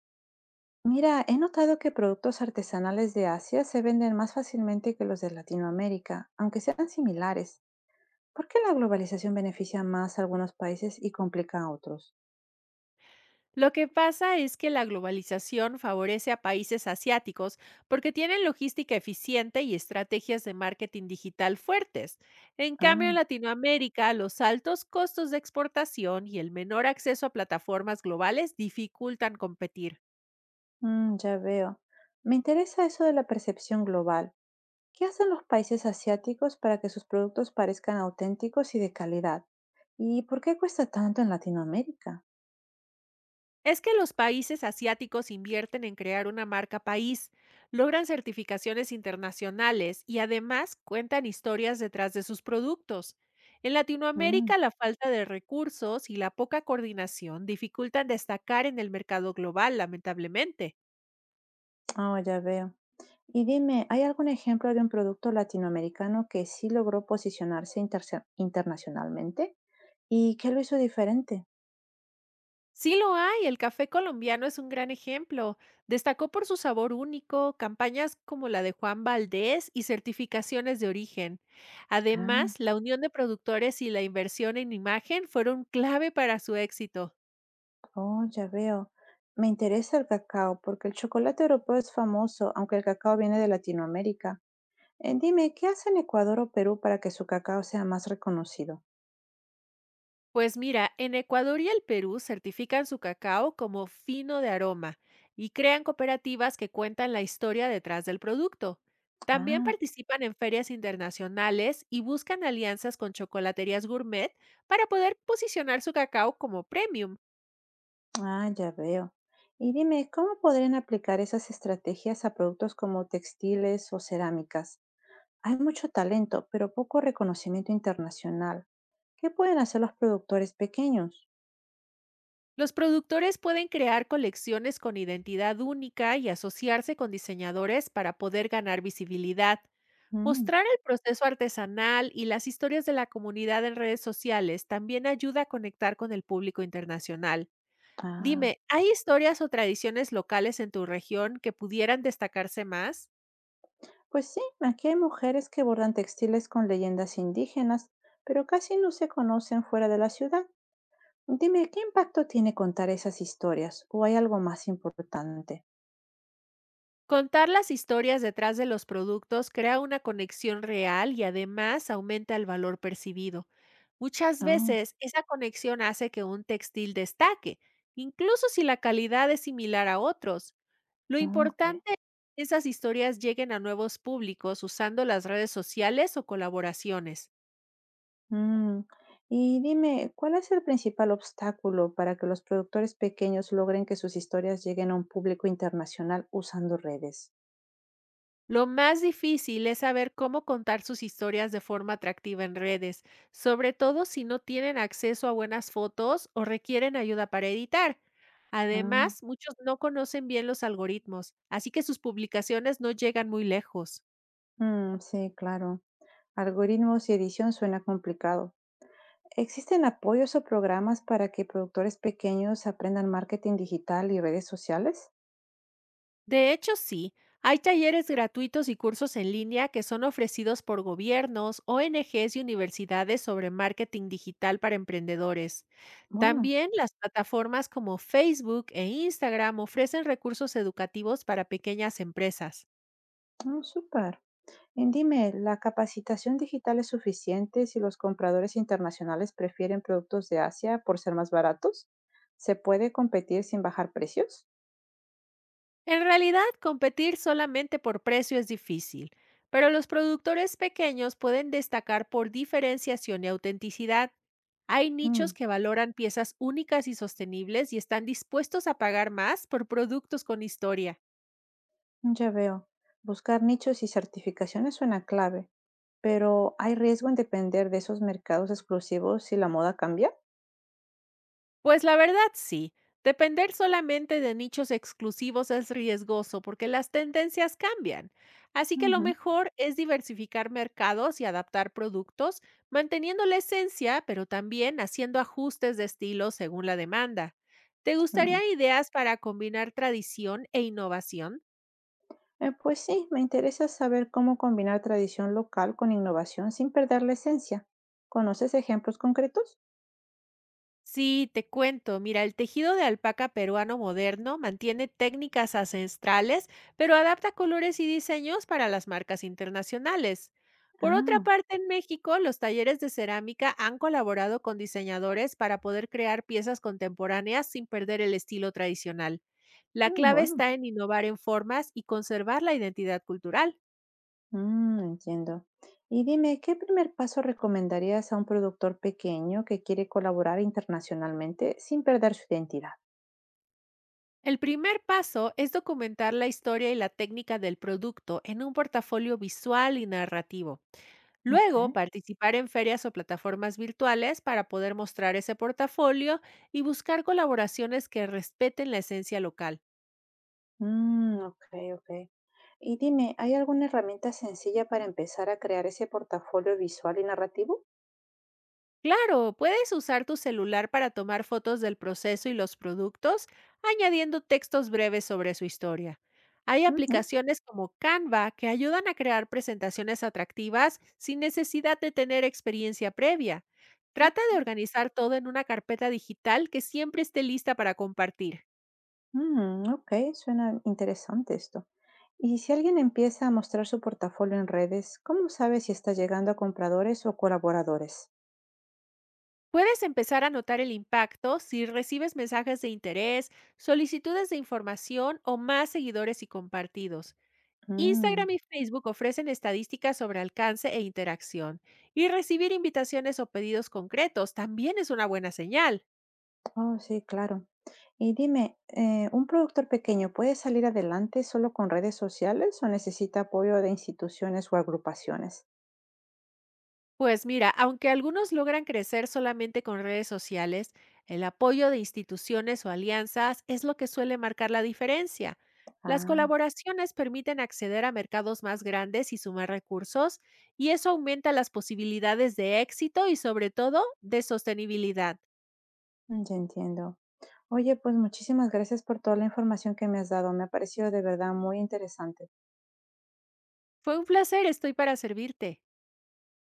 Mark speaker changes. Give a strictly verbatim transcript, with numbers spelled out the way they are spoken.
Speaker 1: Mira, he notado que productos artesanales de Asia se venden más fácilmente que los de Latinoamérica, aunque sean similares. ¿Por qué la globalización beneficia más a algunos países y complica a otros?
Speaker 2: Lo que pasa es que la globalización favorece a países asiáticos porque tienen logística eficiente y estrategias de marketing digital fuertes. En cambio, en
Speaker 1: Ah,
Speaker 2: Latinoamérica, los altos costos de exportación y el menor acceso a plataformas globales dificultan competir.
Speaker 1: mm, ya veo. Me interesa eso de la percepción global. ¿Qué hacen los países asiáticos para que sus productos parezcan auténticos y de calidad? ¿Y por qué cuesta tanto en Latinoamérica?
Speaker 2: Es que los países asiáticos invierten en crear una marca país, logran certificaciones internacionales y además cuentan historias detrás de sus productos. En
Speaker 1: Mm.
Speaker 2: Latinoamérica, la falta de recursos y la poca coordinación dificultan destacar en el mercado global, lamentablemente.
Speaker 1: Ah, ya veo. Y dime, ¿hay algún ejemplo de un producto latinoamericano que sí logró posicionarse interse- internacionalmente? ¿Y qué lo hizo diferente?
Speaker 2: Sí lo hay, el café colombiano es un gran ejemplo. Destacó por su sabor único, campañas como la de Juan Valdés y certificaciones de origen.
Speaker 1: Ah,
Speaker 2: Además, la unión de productores y la inversión en imagen fueron clave para su éxito.
Speaker 1: oh, ya veo. Me interesa el cacao porque el chocolate europeo es famoso, aunque el cacao viene de Latinoamérica. Eh, dime, ¿qué hacen Ecuador o Perú para que su cacao sea más reconocido?
Speaker 2: Pues mira, en Ecuador y el Perú certifican su cacao como fino de aroma y crean cooperativas que cuentan la historia detrás del producto. También
Speaker 1: Ah,
Speaker 2: participan en ferias internacionales y buscan alianzas con chocolaterías gourmet para poder posicionar su cacao como premium.
Speaker 1: ah, ya veo. Y dime, ¿cómo podrían aplicar esas estrategias a productos como textiles o cerámicas? Hay mucho talento, pero poco reconocimiento internacional. ¿Qué pueden hacer los productores pequeños?
Speaker 2: Los productores pueden crear colecciones con identidad única y asociarse con diseñadores para poder ganar visibilidad.
Speaker 1: Mm,
Speaker 2: Mostrar el proceso artesanal y las historias de la comunidad en redes sociales también ayuda a conectar con el público internacional.
Speaker 1: ah,
Speaker 2: Dime, ¿hay historias o tradiciones locales en tu región que pudieran destacarse más?
Speaker 1: pues sí, aquí hay mujeres que bordan textiles con leyendas indígenas, pero casi no se conocen fuera de la ciudad. Dime, ¿qué impacto tiene contar esas historias? ¿O hay algo más importante?
Speaker 2: Contar las historias detrás de los productos crea una conexión real y además aumenta el valor percibido. Muchas
Speaker 1: Ah,
Speaker 2: veces esa conexión hace que un textil destaque, incluso si la calidad es similar a otros. Lo
Speaker 1: ah, ok.
Speaker 2: importante es que esas historias lleguen a nuevos públicos usando las redes sociales o colaboraciones.
Speaker 1: Mm, Y dime, ¿cuál es el principal obstáculo para que los productores pequeños logren que sus historias lleguen a un público internacional usando redes?
Speaker 2: Lo más difícil es saber cómo contar sus historias de forma atractiva en redes, sobre todo si no tienen acceso a buenas fotos o requieren ayuda para editar.
Speaker 1: Ah,
Speaker 2: Además, muchos no conocen bien los algoritmos, así que sus publicaciones no llegan muy lejos.
Speaker 1: mm, sí, claro. Algoritmos y edición suena complicado. ¿Existen apoyos o programas para que productores pequeños aprendan marketing digital y redes sociales?
Speaker 2: De hecho, sí. Hay talleres gratuitos y cursos en línea que son ofrecidos por gobiernos, O N Ges y universidades sobre marketing digital para emprendedores.
Speaker 1: Bueno,
Speaker 2: También las plataformas como Facebook e Instagram ofrecen recursos educativos para pequeñas empresas.
Speaker 1: mm, súper. Y dime, ¿la capacitación digital es suficiente si los compradores internacionales prefieren productos de Asia por ser más baratos? ¿Se puede competir sin bajar precios?
Speaker 2: En realidad, competir solamente por precio es difícil, pero los productores pequeños pueden destacar por diferenciación y autenticidad. Hay
Speaker 1: Mm,
Speaker 2: nichos que valoran piezas únicas y sostenibles y están dispuestos a pagar más por productos con historia.
Speaker 1: ya veo. Buscar nichos y certificaciones suena clave. Pero, ¿hay riesgo en depender de esos mercados exclusivos si la moda cambia?
Speaker 2: Pues la verdad sí, depender solamente de nichos exclusivos es riesgoso porque las tendencias cambian. Así que lo
Speaker 1: Ujú,
Speaker 2: mejor es diversificar mercados y adaptar productos, manteniendo la esencia, pero también haciendo ajustes de estilo según la demanda. ¿Te
Speaker 1: mm.
Speaker 2: gustaría ideas para combinar tradición e innovación?
Speaker 1: Eh, pues sí, me interesa saber cómo combinar tradición local con innovación sin perder la esencia. ¿Conoces ejemplos concretos?
Speaker 2: Sí, te cuento. Mira, el tejido de alpaca peruano moderno mantiene técnicas ancestrales, pero adapta colores y diseños para las marcas internacionales. Por otra
Speaker 1: Ah,
Speaker 2: parte, en México, los talleres de cerámica han colaborado con diseñadores para poder crear piezas contemporáneas sin perder el estilo tradicional. La
Speaker 1: mm,
Speaker 2: clave
Speaker 1: bueno,
Speaker 2: está en innovar en formas y conservar la identidad cultural.
Speaker 1: mm, entiendo. Y dime, ¿qué primer paso recomendarías a un productor pequeño que quiere colaborar internacionalmente sin perder su identidad?
Speaker 2: El primer paso es documentar la historia y la técnica del producto en un portafolio visual y narrativo.
Speaker 1: Ok.
Speaker 2: Luego, participar en ferias o plataformas virtuales para poder mostrar ese portafolio y buscar colaboraciones que respeten la esencia local.
Speaker 1: Mm, ok, ok. Y dime, ¿hay alguna herramienta sencilla para empezar a crear ese portafolio visual y narrativo?
Speaker 2: Claro, puedes usar tu celular para tomar fotos del proceso y los productos, añadiendo textos breves sobre su historia. Hay
Speaker 1: Ujú,
Speaker 2: aplicaciones como Canva que ayudan a crear presentaciones atractivas sin necesidad de tener experiencia previa. Trata
Speaker 1: ok.
Speaker 2: de organizar todo en una carpeta digital que siempre esté lista para compartir.
Speaker 1: Mm, ok, suena interesante esto. Y si alguien empieza a mostrar su portafolio en redes, ¿cómo sabe si está llegando a compradores o colaboradores?
Speaker 2: Puedes empezar a notar el impacto si recibes mensajes de interés, solicitudes de información o más seguidores y compartidos.
Speaker 1: Mm,
Speaker 2: Instagram y Facebook ofrecen estadísticas sobre alcance e interacción, y recibir invitaciones o pedidos concretos también es una buena señal.
Speaker 1: oh, sí, claro. Y dime, eh, ¿un productor pequeño puede salir adelante solo con redes sociales o necesita apoyo de instituciones o agrupaciones?
Speaker 2: Pues mira, aunque algunos logran crecer solamente con redes sociales, el apoyo de instituciones o alianzas es lo que suele marcar la diferencia. Las
Speaker 1: Ah,
Speaker 2: colaboraciones permiten acceder a mercados más grandes y sumar recursos, y eso aumenta las posibilidades de éxito y sobre todo de sostenibilidad.
Speaker 1: ya entiendo. Oye, pues muchísimas gracias por toda la información que me has dado. Me ha parecido de verdad muy interesante.
Speaker 2: Fue un placer, estoy para servirte.